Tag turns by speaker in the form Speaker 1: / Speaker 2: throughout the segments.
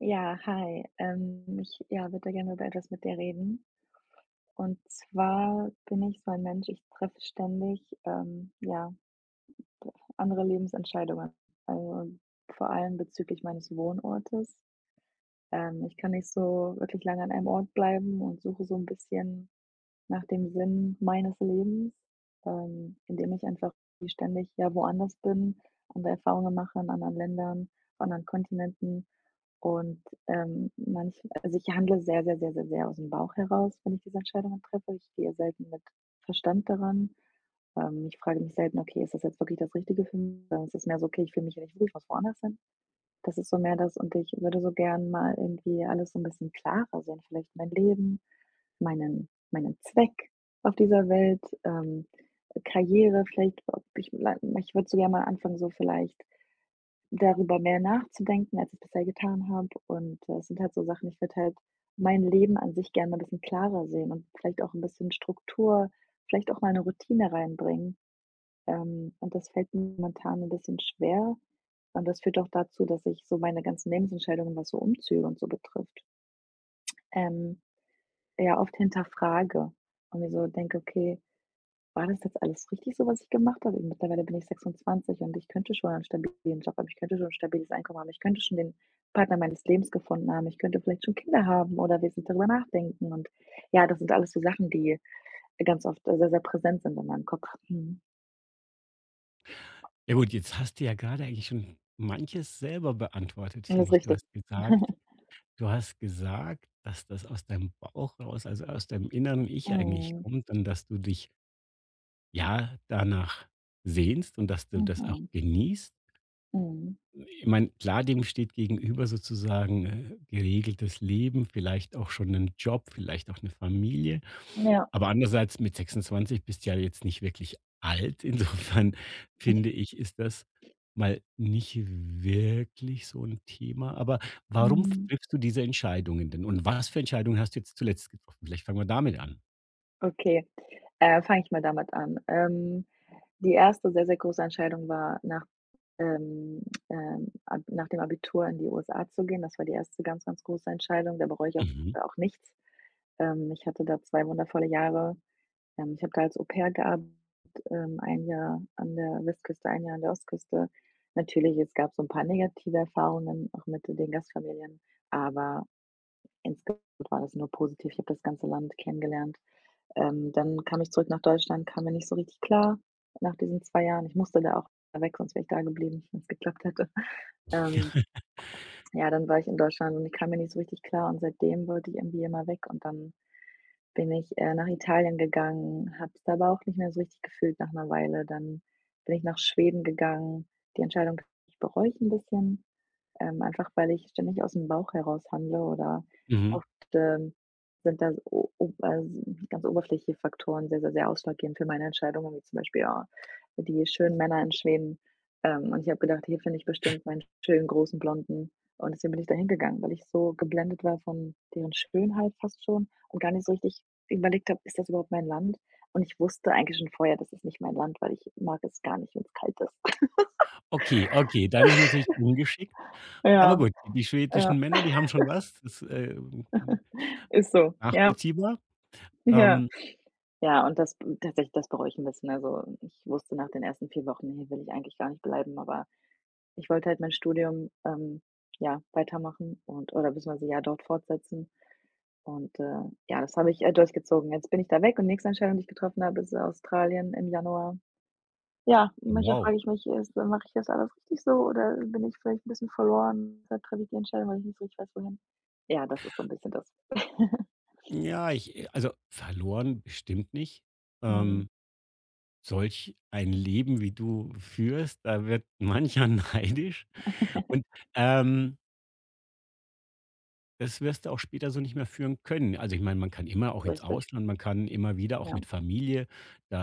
Speaker 1: Ja, hi. Ich, ja, würde da gerne über etwas mit dir reden. Und zwar bin ich so ein Mensch, ich treffe ständig, ja, andere Lebensentscheidungen. Also vor allem bezüglich meines Wohnortes. Ich kann nicht so wirklich lange an einem Ort bleiben und suche so ein bisschen nach dem Sinn meines Lebens, indem ich einfach ständig ja woanders bin, andere Erfahrungen mache in anderen Ländern, auf anderen Kontinenten. Und, ich handle sehr, sehr, sehr, sehr, sehr aus dem Bauch heraus, wenn ich diese Entscheidungen treffe. Ich gehe selten mit Verstand daran. Ich frage mich selten: „Okay, ist das jetzt wirklich das Richtige für mich?“ Sondern es ist mehr so: „Okay, ich fühle mich hier nicht wohl, ich muss woanders hin.“ Das ist so mehr das und ich würde so gern mal irgendwie alles so ein bisschen klarer sehen, vielleicht mein Leben, meinen Zweck auf dieser Welt, Karriere vielleicht, ob ich ich würde so gerne mal anfangen, so vielleicht darüber mehr nachzudenken, als ich bisher getan habe. Und, es sind halt so Sachen, ich würde halt mein Leben an sich gerne ein bisschen klarer sehen und vielleicht auch ein bisschen Struktur, vielleicht auch mal eine Routine reinbringen. Und das fällt mir momentan ein bisschen schwer. Und das führt auch dazu, dass ich so meine ganzen Lebensentscheidungen, was so Umzüge und so betrifft, ähm, ja, oft hinterfrage und mir so denke: „Okay, war das jetzt alles richtig so, was ich gemacht habe? Mittlerweile bin ich 26 und ich könnte schon einen stabilen Job haben. Ich könnte schon ein stabiles Einkommen haben. Ich könnte schon den Partner meines Lebens gefunden haben. Ich könnte vielleicht schon Kinder haben oder wenigstens darüber nachdenken. Und ja, das sind alles so Sachen, die ganz oft sehr, sehr präsent sind in meinem Kopf. Mhm.
Speaker 2: Ja gut, jetzt hast du ja gerade eigentlich schon manches selber beantwortet,
Speaker 1: Das
Speaker 2: finde
Speaker 1: ist
Speaker 2: ich. Du
Speaker 1: richtig.“
Speaker 2: hast gesagt du hast gesagt, dass das aus deinem Bauch raus, also aus deinem inneren Ich eigentlich
Speaker 1: Mhm.
Speaker 2: kommt und dass du dich, ja, danach sehnst und dass du das auch
Speaker 1: Mhm.
Speaker 2: genießt.
Speaker 1: Mhm.
Speaker 2: Ich meine, klar, dem steht gegenüber sozusagen, geregeltes Leben, vielleicht auch schon 'nen Job, vielleicht auch eine Familie.
Speaker 1: Ja.
Speaker 2: Aber andererseits mit 26 bist du ja jetzt nicht wirklich alt. Insofern finde ich, ist das mal nicht wirklich so ein Thema. Aber warum
Speaker 1: Mhm.
Speaker 2: triffst du diese Entscheidungen denn? Und was für Entscheidungen hast du jetzt zuletzt getroffen? Vielleicht fangen wir damit an.
Speaker 1: Okay. Fange ich mal damit an. Die erste sehr, sehr große Entscheidung war, ähm, nach dem Abitur in die USA zu gehen. Das war die erste ganz, ganz große Entscheidung. Da bereue ich auch
Speaker 2: Mhm.
Speaker 1: auch nichts. Ich hatte da 2 wundervolle Jahre. Ich habe da als Au-pair gearbeitet, ein Jahr an der Westküste, ein Jahr an der Ostküste. Natürlich, es gab so ein paar negative Erfahrungen, auch mit den Gastfamilien, aber insgesamt war das nur positiv. Ich habe das ganze Land kennengelernt. Dann kam ich zurück nach Deutschland, kam mir nicht so richtig klar nach diesen 2 Jahren. Ich musste da auch weg, sonst wäre ich da geblieben, wenn es geklappt hätte. Ähm, ja, dann war ich in Deutschland und ich kam mir nicht so richtig klar und seitdem wollte ich irgendwie immer weg und dann bin ich, nach Italien gegangen, habe es aber auch nicht mehr so richtig gefühlt nach einer Weile. Dann bin ich nach Schweden gegangen. Die Entscheidung bereue ich ein bisschen, einfach weil ich ständig aus dem Bauch heraus handle oder
Speaker 2: Mhm.
Speaker 1: oft, ähm, sind da ganz oberflächliche Faktoren sehr, sehr, sehr ausschlaggebend für meine Entscheidungen, wie zum Beispiel, die schönen Männer in Schweden. Und ich habe gedacht: „Hier finde ich bestimmt meinen schönen, großen Blonden.“ Und deswegen bin ich da hingegangen, weil ich so geblendet war von deren Schönheit fast schon und gar nicht so richtig überlegt habe: „Ist das überhaupt mein Land?“ Und ich wusste eigentlich schon vorher, das ist nicht mein Land, weil ich mag es gar nicht, wenn es kalt ist.
Speaker 2: Okay, okay, dann ist natürlich ungeschickt. Aber
Speaker 1: Ja,
Speaker 2: gut, die
Speaker 1: ja,
Speaker 2: schwedischen Männer, die haben schon was. Das,
Speaker 1: ist so. Ja,
Speaker 2: nachvollziehbar.
Speaker 1: ja.
Speaker 2: Ähm,
Speaker 1: Ja, und das tatsächlich, das bereue ich ein bisschen. Also, ich wusste nach den ersten 4 Wochen, hier will ich eigentlich gar nicht bleiben, aber ich wollte halt mein Studium, ja, weitermachen und oder beziehungsweise ja dort fortsetzen. Und, ja, das habe ich, durchgezogen. Jetzt bin ich da weg und nächste Entscheidung, die ich getroffen habe, ist Australien im Januar. Ja, manchmal
Speaker 2: Wow.
Speaker 1: frage ich mich, ist mache ich das alles richtig so oder bin ich vielleicht 'n bisschen verloren? Da treffe ich die Entscheidung, weil ich nicht so richtig weiß, wohin. Ja, das ist so 'n bisschen das.
Speaker 2: Ja, ich, also, verloren bestimmt nicht.
Speaker 1: Mhm.
Speaker 2: Ähm, solch ein Leben, wie du führst, da wird mancher neidisch und, ähm, das wirst du auch später so nicht mehr führen können. Also, ich meine, man kann immer
Speaker 1: Ist
Speaker 2: auch ins
Speaker 1: richtig.
Speaker 2: Ausland, man kann immer wieder auch
Speaker 1: Ja,
Speaker 2: mit Familie,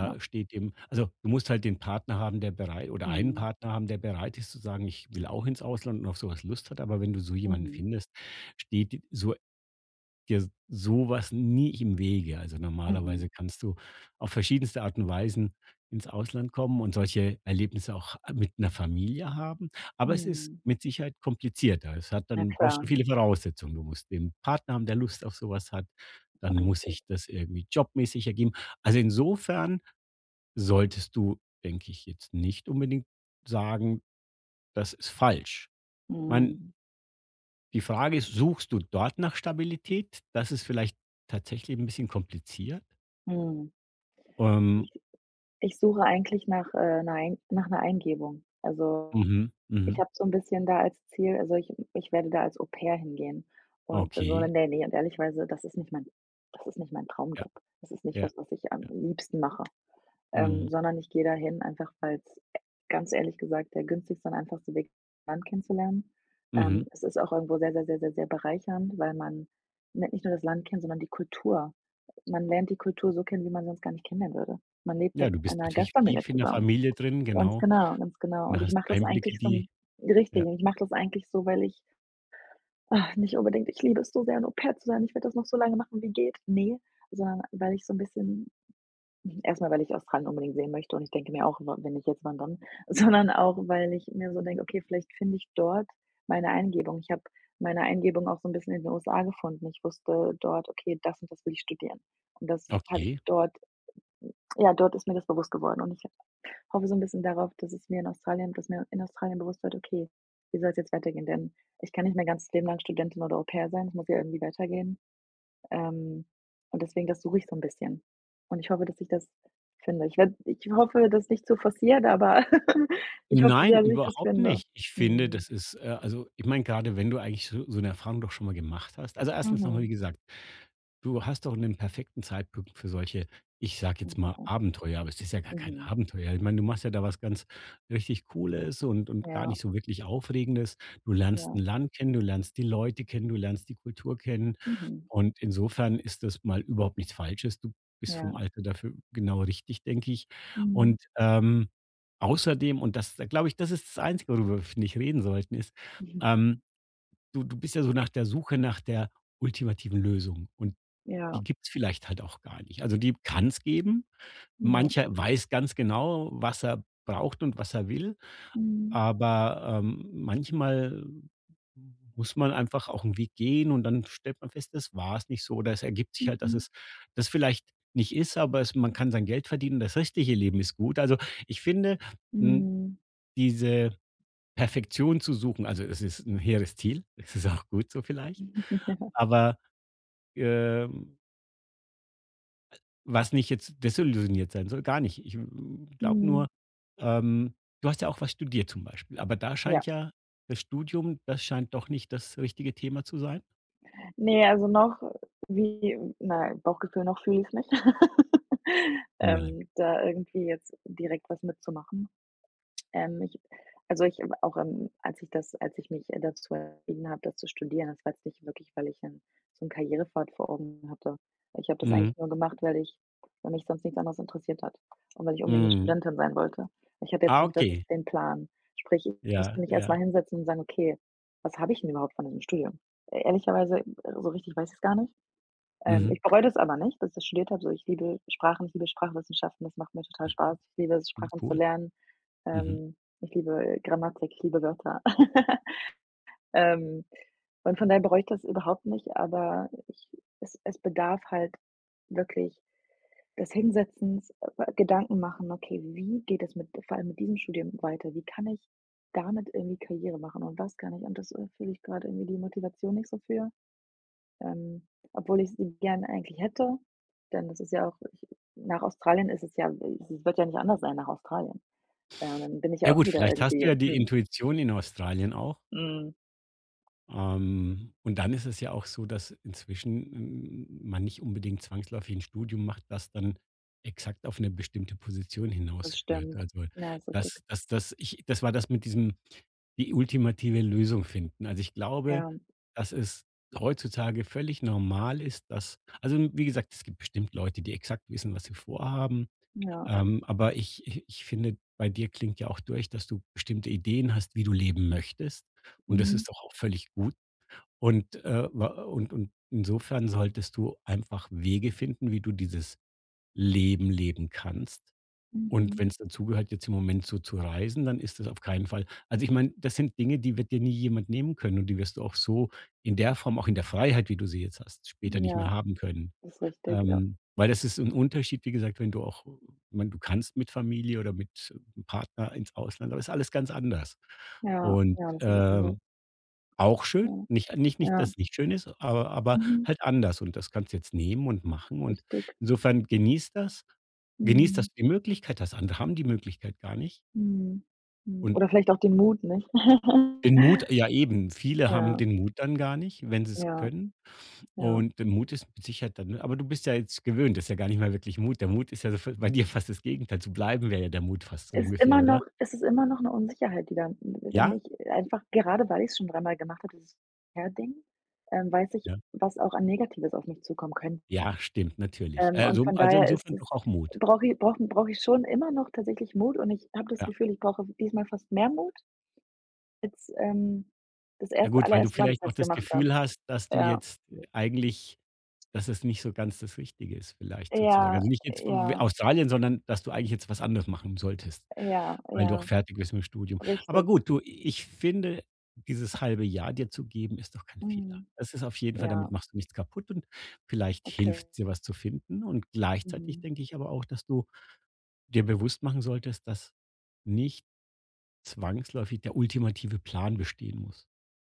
Speaker 1: ja.
Speaker 2: steht eben, also, du musst halt den Partner haben, der bereit oder einen
Speaker 1: Mhm.
Speaker 2: Partner haben, der bereit ist zu sagen: „Ich will auch ins Ausland“ und auf sowas Lust hat, aber wenn du so jemanden
Speaker 1: Mhm.
Speaker 2: findest, steht so dir sowas nie im Wege. Also,
Speaker 1: Mhm.
Speaker 2: normalerweise kannst du auf verschiedenste Art und Weisen ins Ausland kommen und solche Erlebnisse auch mit einer Familie haben. Aber es ist
Speaker 1: Mhm.
Speaker 2: mit Sicherheit komplizierter. Es hat
Speaker 1: Na
Speaker 2: dann brauchst
Speaker 1: klar,
Speaker 2: du viele Voraussetzungen. Du musst den Partner haben, der Lust auf sowas hat. Dann muss
Speaker 1: richtig.
Speaker 2: sich das irgendwie jobmäßig ergeben. Also, insofern solltest du, denke ich, jetzt nicht unbedingt sagen, das ist falsch.
Speaker 1: Mhm.
Speaker 2: Mein die Frage ist, suchst du dort nach Stabilität? Das ist vielleicht tatsächlich ein bisschen kompliziert.
Speaker 1: Mhm.
Speaker 2: Ähm,
Speaker 1: Ich ich suche eigentlich nach, 'ner Ein nach 'ner Eingebung. Also
Speaker 2: mhm,
Speaker 1: ich
Speaker 2: mhm,
Speaker 1: habe so 'n bisschen da als Ziel, ich werde da als Au-Pair hingehen und so
Speaker 2: okay.
Speaker 1: Nähe und ehrlichweise das ist nicht mein
Speaker 2: Ja,
Speaker 1: Traumjob. Das ist nicht
Speaker 2: ja,
Speaker 1: was, was ich am
Speaker 2: ja.
Speaker 1: liebsten mache,
Speaker 2: Mhm,
Speaker 1: sondern ich gehe dahin einfach, weil's e ganz ehrlich gesagt der günstigste und einfachste Weg ist, Land kennenzulernen.
Speaker 2: mhm.
Speaker 1: Es ist auch irgendwo sehr, sehr, sehr, sehr, sehr bereichernd, weil man lernt nicht nur das Land kennen, sondern die Kultur. Man lernt die Kultur so kennen, wie man sonst gar nicht kennenlernen würde. Man lebt
Speaker 2: Ja,
Speaker 1: mit
Speaker 2: du bist
Speaker 1: einer
Speaker 2: natürlich
Speaker 1: Gastfamilie
Speaker 2: tief in der
Speaker 1: zusammen.
Speaker 2: Familie drin,
Speaker 1: Ganz
Speaker 2: genau.
Speaker 1: genau, ganz genau.
Speaker 2: Und da
Speaker 1: Und ich
Speaker 2: hast
Speaker 1: mache das
Speaker 2: Einblicke,
Speaker 1: eigentlich so
Speaker 2: die
Speaker 1: 'n richtig,
Speaker 2: ja,
Speaker 1: und ich mache das eigentlich so, weil ich ach, nicht unbedingt ich liebe es so sehr, in Au-pair zu sein, ich werde das noch so lange machen wie geht. Ne, sondern weil ich so 'n bisschen erst mal, weil ich Australien unbedingt sehen möchte und ich denke mir auch: „W Wenn nicht jetzt, wann dann?“ Sondern auch, weil ich mir so denke: „Okay, vielleicht finde ich dort meine Eingebung.“ Ich habe meine Eingebung auch so 'n bisschen in den USA gefunden. Ich wusste dort: „Okay, das und das will ich studieren.“ Und das habe ich
Speaker 2: okay.
Speaker 1: dort ja, dort ist mir das bewusst geworden und ich hoffe so ein bisschen darauf, dass es mir in Australien dass mir in Australien bewusst wird: „Okay, wie soll's jetzt weitergehen?“ Denn ich kann nicht mein ganzes Leben lang Studentin oder Au-Pair sein, es muss ja irgendwie weitergehen. Ähm, und deswegen, das suche ich so ein bisschen. Und ich hoffe, dass ich das finde. Ich hoffe, das nicht zu forciert, aber ich hoffe
Speaker 2: Nein,
Speaker 1: sehr, dass ich das
Speaker 2: überhaupt
Speaker 1: finde.
Speaker 2: nicht. Ich finde,
Speaker 1: Mhm.
Speaker 2: das ist, also, ich meine, gerade, wenn du eigentlich so so 'ne Erfahrung doch schon mal gemacht hast also, erstens noch mal, wie
Speaker 1: Mhm.
Speaker 2: gesagt, du hast doch einen perfekten Zeitpunkt für solche, ich sage jetzt mal,
Speaker 1: Okay.
Speaker 2: Abenteuer, aber es ist ja gar kein
Speaker 1: Mhm.
Speaker 2: Abenteuer. Ich meine, du machst ja da was ganz richtig Cooles und gar
Speaker 1: Ja,
Speaker 2: nicht so wirklich Aufregendes. Du lernst ein
Speaker 1: ja.
Speaker 2: Land kennen, du lernst die Leute kennen, du lernst die Kultur kennen
Speaker 1: Mhm.
Speaker 2: und insofern ist das mal überhaupt nichts Falsches. Du bist
Speaker 1: Ja.
Speaker 2: vom Alter dafür genau richtig, denke ich
Speaker 1: Mhm.
Speaker 2: und, außerdem und das da glaube ich, das ist das Einzige, worüber wir, finde ich, reden sollten, ist,
Speaker 1: Mhm.
Speaker 2: ähm, du bist ja so nach der Suche nach der ultimativen Lösung und
Speaker 1: Ja,
Speaker 2: die gibt es vielleicht halt auch gar nicht. Also, die kann es geben.
Speaker 1: ja.
Speaker 2: Mancher weiß ganz genau, was er braucht und was er will,
Speaker 1: Mhm.
Speaker 2: aber, manchmal muss man einfach auch einen Weg gehen und dann stellt man fest, das war es nicht so oder es ergibt sich halt, dass
Speaker 1: Mhm.
Speaker 2: es das vielleicht nicht ist, aber es man kann sein Geld verdienen, das restliche Leben ist gut. Also, ich finde, hm,
Speaker 1: Mhm.
Speaker 2: diese Perfektion zu suchen. Also, es ist ein hehres Ziel. Es ist auch gut so vielleicht.
Speaker 1: Ja.
Speaker 2: Aber, ähm, was nicht jetzt desillusioniert sein soll, gar nicht. Ich, glaube nur,
Speaker 1: Mhm.
Speaker 2: ähm du hast ja auch was studiert zum Beispiel, aber da
Speaker 1: Ja.
Speaker 2: scheint ja das Studium das scheint doch nicht das richtige Thema zu sein?
Speaker 1: Ne, also noch wie Nein, Bauchgefühl, noch fühle ich's nicht.
Speaker 2: Nein.
Speaker 1: Da irgendwie jetzt direkt was mitzumachen. Ich also, ich hab auch, als ich das als ich mich dazu entschieden habe, das zu studieren, das war jetzt nicht wirklich, weil ich 'n Karrierepfad vor Augen hatte. Ich habe das
Speaker 2: Mhm.
Speaker 1: eigentlich nur gemacht, weil mich sonst nichts anderes interessiert hat und weil ich unbedingt 'ne
Speaker 2: Mhm.
Speaker 1: Studentin sein wollte. Ich hatte jetzt
Speaker 2: Ah,
Speaker 1: nicht wirklich
Speaker 2: okay.
Speaker 1: den Plan. Sprich, ich musste
Speaker 2: Ja,
Speaker 1: mich erst
Speaker 2: ja.
Speaker 1: mal hinsetzen und sagen: „Okay, was habe ich denn überhaupt von diesem Studium?“ E Ehrlicherweise, so richtig weiß ich's gar nicht.
Speaker 2: Mhm.
Speaker 1: Ich bereue das aber nicht, dass ich das studiert habe. So, ich liebe Sprachen, ich liebe Sprachwissenschaften, das macht mir total Spaß. Ich liebe es,
Speaker 2: Hm,
Speaker 1: Sprachen zu
Speaker 2: cool.
Speaker 1: lernen.
Speaker 2: Mhm.
Speaker 1: Ich liebe Grammatik, ich liebe Wörter. Ähm, und von daher bereue ich das überhaupt nicht, aber ich es bedarf halt wirklich des Hinsetzens, Gedanken machen: „Okay, wie geht es mit vor allem mit diesem Studium weiter? Wie kann ich damit irgendwie Karriere machen und was kann ich?“ Und das, fühle ich grade irgendwie die Motivation nicht so für, ähm, obwohl ich sie gerne eigentlich hätte, denn das ist ja auch ich nach Australien ist es ja es wird ja nicht anders sein nach Australien. Dann bin ich ja
Speaker 2: Ja
Speaker 1: auch
Speaker 2: gut,
Speaker 1: wieder
Speaker 2: vielleicht hast du
Speaker 1: irgendwie,
Speaker 2: ja die
Speaker 1: hm.
Speaker 2: Intuition in Australien auch.
Speaker 1: Mhm,
Speaker 2: Und dann ist es ja auch so, dass inzwischen man nicht unbedingt zwangsläufig ein Studium macht, das dann exakt auf eine bestimmte Position
Speaker 1: das
Speaker 2: hinausführt.
Speaker 1: stimmt.
Speaker 2: Also,
Speaker 1: Ja, ist richtig.
Speaker 2: das ich das war das mit diesem die ultimative Lösung finden. Also, ich glaube,
Speaker 1: Ja,
Speaker 2: dass es heutzutage völlig normal ist, dass also, wie gesagt, es gibt bestimmt Leute, die exakt wissen, was sie vorhaben,
Speaker 1: ja.
Speaker 2: aber ich finde, bei dir klingt ja auch durch, dass du bestimmte Ideen hast, wie du leben möchtest und das
Speaker 1: Mhm,
Speaker 2: ist doch auch völlig gut und, wa und insofern solltest du einfach Wege finden, wie du dieses Leben leben kannst. Und
Speaker 1: mhm.
Speaker 2: wenn wenn's dazugehört, jetzt im Moment so zu reisen, dann ist das auf keinen Fall also, ich meine, das sind Dinge, die wird dir nie jemand nehmen können und die wirst du auch so in der Form, auch in der Freiheit, wie du sie jetzt hast, später nicht mehr
Speaker 1: Ja,
Speaker 2: haben können.
Speaker 1: ist richtig, ja.
Speaker 2: Weil das ist ein Unterschied, wie gesagt, wenn du auch ich meine, du kannst mit Familie oder mit einem Partner ins Ausland, aber es ist alles ganz anders.
Speaker 1: Ja,
Speaker 2: Und,
Speaker 1: ja, das ist anders.
Speaker 2: auch schön.
Speaker 1: Ja,
Speaker 2: Nicht,
Speaker 1: ja.
Speaker 2: dass es nicht schön ist, aber
Speaker 1: Mhm,
Speaker 2: halt anders und das kannst du jetzt nehmen und machen und
Speaker 1: richtig.
Speaker 2: insofern genieß das. Genieß,
Speaker 1: Mhm,
Speaker 2: dass du die Möglichkeit hast. Andere haben die Möglichkeit gar nicht
Speaker 1: mhm, mhm.
Speaker 2: und
Speaker 1: Oder vielleicht auch den Mut, nicht?
Speaker 2: den Mut ja eben, viele haben
Speaker 1: Ja,
Speaker 2: den Mut dann gar nicht, wenn sie es
Speaker 1: ja,
Speaker 2: können
Speaker 1: ja.
Speaker 2: und der Mut ist mit Sicherheit dann aber du bist ja jetzt gewöhnt, das ist ja gar nicht mal wirklich Mut. Der Mut ist ja so bei dir fast das Gegenteil. Zu bleiben wäre ja der Mut fast so
Speaker 1: Ist
Speaker 2: ungefähr,
Speaker 1: immer
Speaker 2: oder?
Speaker 1: noch Es ist immer noch eine Unsicherheit, die dann wenn
Speaker 2: Ja?
Speaker 1: ich einfach gerade weil ich es schon dreimal gemacht habe, dieses Herding weiß ich,
Speaker 2: Ja.
Speaker 1: was auch an Negatives auf mich zukommen könnte.
Speaker 2: Ja, stimmt, natürlich.
Speaker 1: Und von
Speaker 2: Also
Speaker 1: daher ist
Speaker 2: insofern
Speaker 1: es
Speaker 2: doch auch Mut.
Speaker 1: brauche ich schon immer noch tatsächlich Mut und ich habe das
Speaker 2: Ja.
Speaker 1: Gefühl, ich brauche diesmal fast mehr Mut als, das
Speaker 2: Ja
Speaker 1: erste
Speaker 2: gut, weil du
Speaker 1: allererste Mal, dass ich
Speaker 2: vielleicht auch
Speaker 1: das
Speaker 2: das
Speaker 1: gemacht habe.
Speaker 2: Gefühl hast, dass du
Speaker 1: Ja.
Speaker 2: jetzt eigentlich dass es nicht so ganz das Richtige ist vielleicht sozusagen.
Speaker 1: Ja,
Speaker 2: Also, nicht jetzt w
Speaker 1: ja,
Speaker 2: Australien, sondern dass du eigentlich jetzt was anderes machen solltest,
Speaker 1: ja,
Speaker 2: weil du
Speaker 1: ja,
Speaker 2: auch fertig bist mit dem Studium. Aber
Speaker 1: richtig.
Speaker 2: gut, du, ich finde, dieses halbe Jahr dir zu geben, ist doch kein Fehler.
Speaker 1: Mhm.
Speaker 2: Das ist auf jeden Fall damit
Speaker 1: Ja,
Speaker 2: machst du nichts kaputt und vielleicht
Speaker 1: okay.
Speaker 2: hilft dir, was zu finden. Und gleichzeitig
Speaker 1: Mhm.
Speaker 2: denke ich aber auch, dass du dir bewusst machen solltest, dass nicht zwangsläufig der ultimative Plan bestehen muss.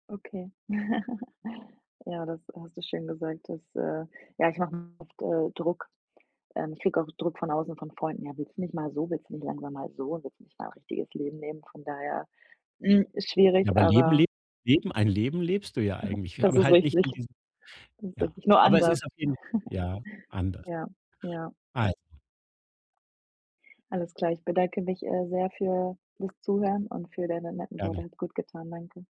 Speaker 1: Okay. Ja, das hast du schön gesagt, das ja, ich mache oft, Druck. Ich kriege auch Druck von außen, von Freunden: „Ja, willst du nicht mal so? Willst du nicht langsam mal so? Willst du nicht mal ein richtiges Leben nehmen?“ Von daher, hm, ist
Speaker 2: Ja,
Speaker 1: schwierig,
Speaker 2: aber Leben
Speaker 1: aber
Speaker 2: lebt Leben ein Leben lebst du ja eigentlich,
Speaker 1: das
Speaker 2: aber
Speaker 1: ist
Speaker 2: halt nicht
Speaker 1: richtig.
Speaker 2: in diesem
Speaker 1: Das ist
Speaker 2: ja.
Speaker 1: richtig, nur
Speaker 2: Aber es
Speaker 1: anders.
Speaker 2: ist auf jeden ja, anders.
Speaker 1: Ja, ja.
Speaker 2: Also,
Speaker 1: Alles klar, ich bedanke mich, sehr für das Zuhören und für deine netten Worte.
Speaker 2: gerne.
Speaker 1: Hat gut getan, danke.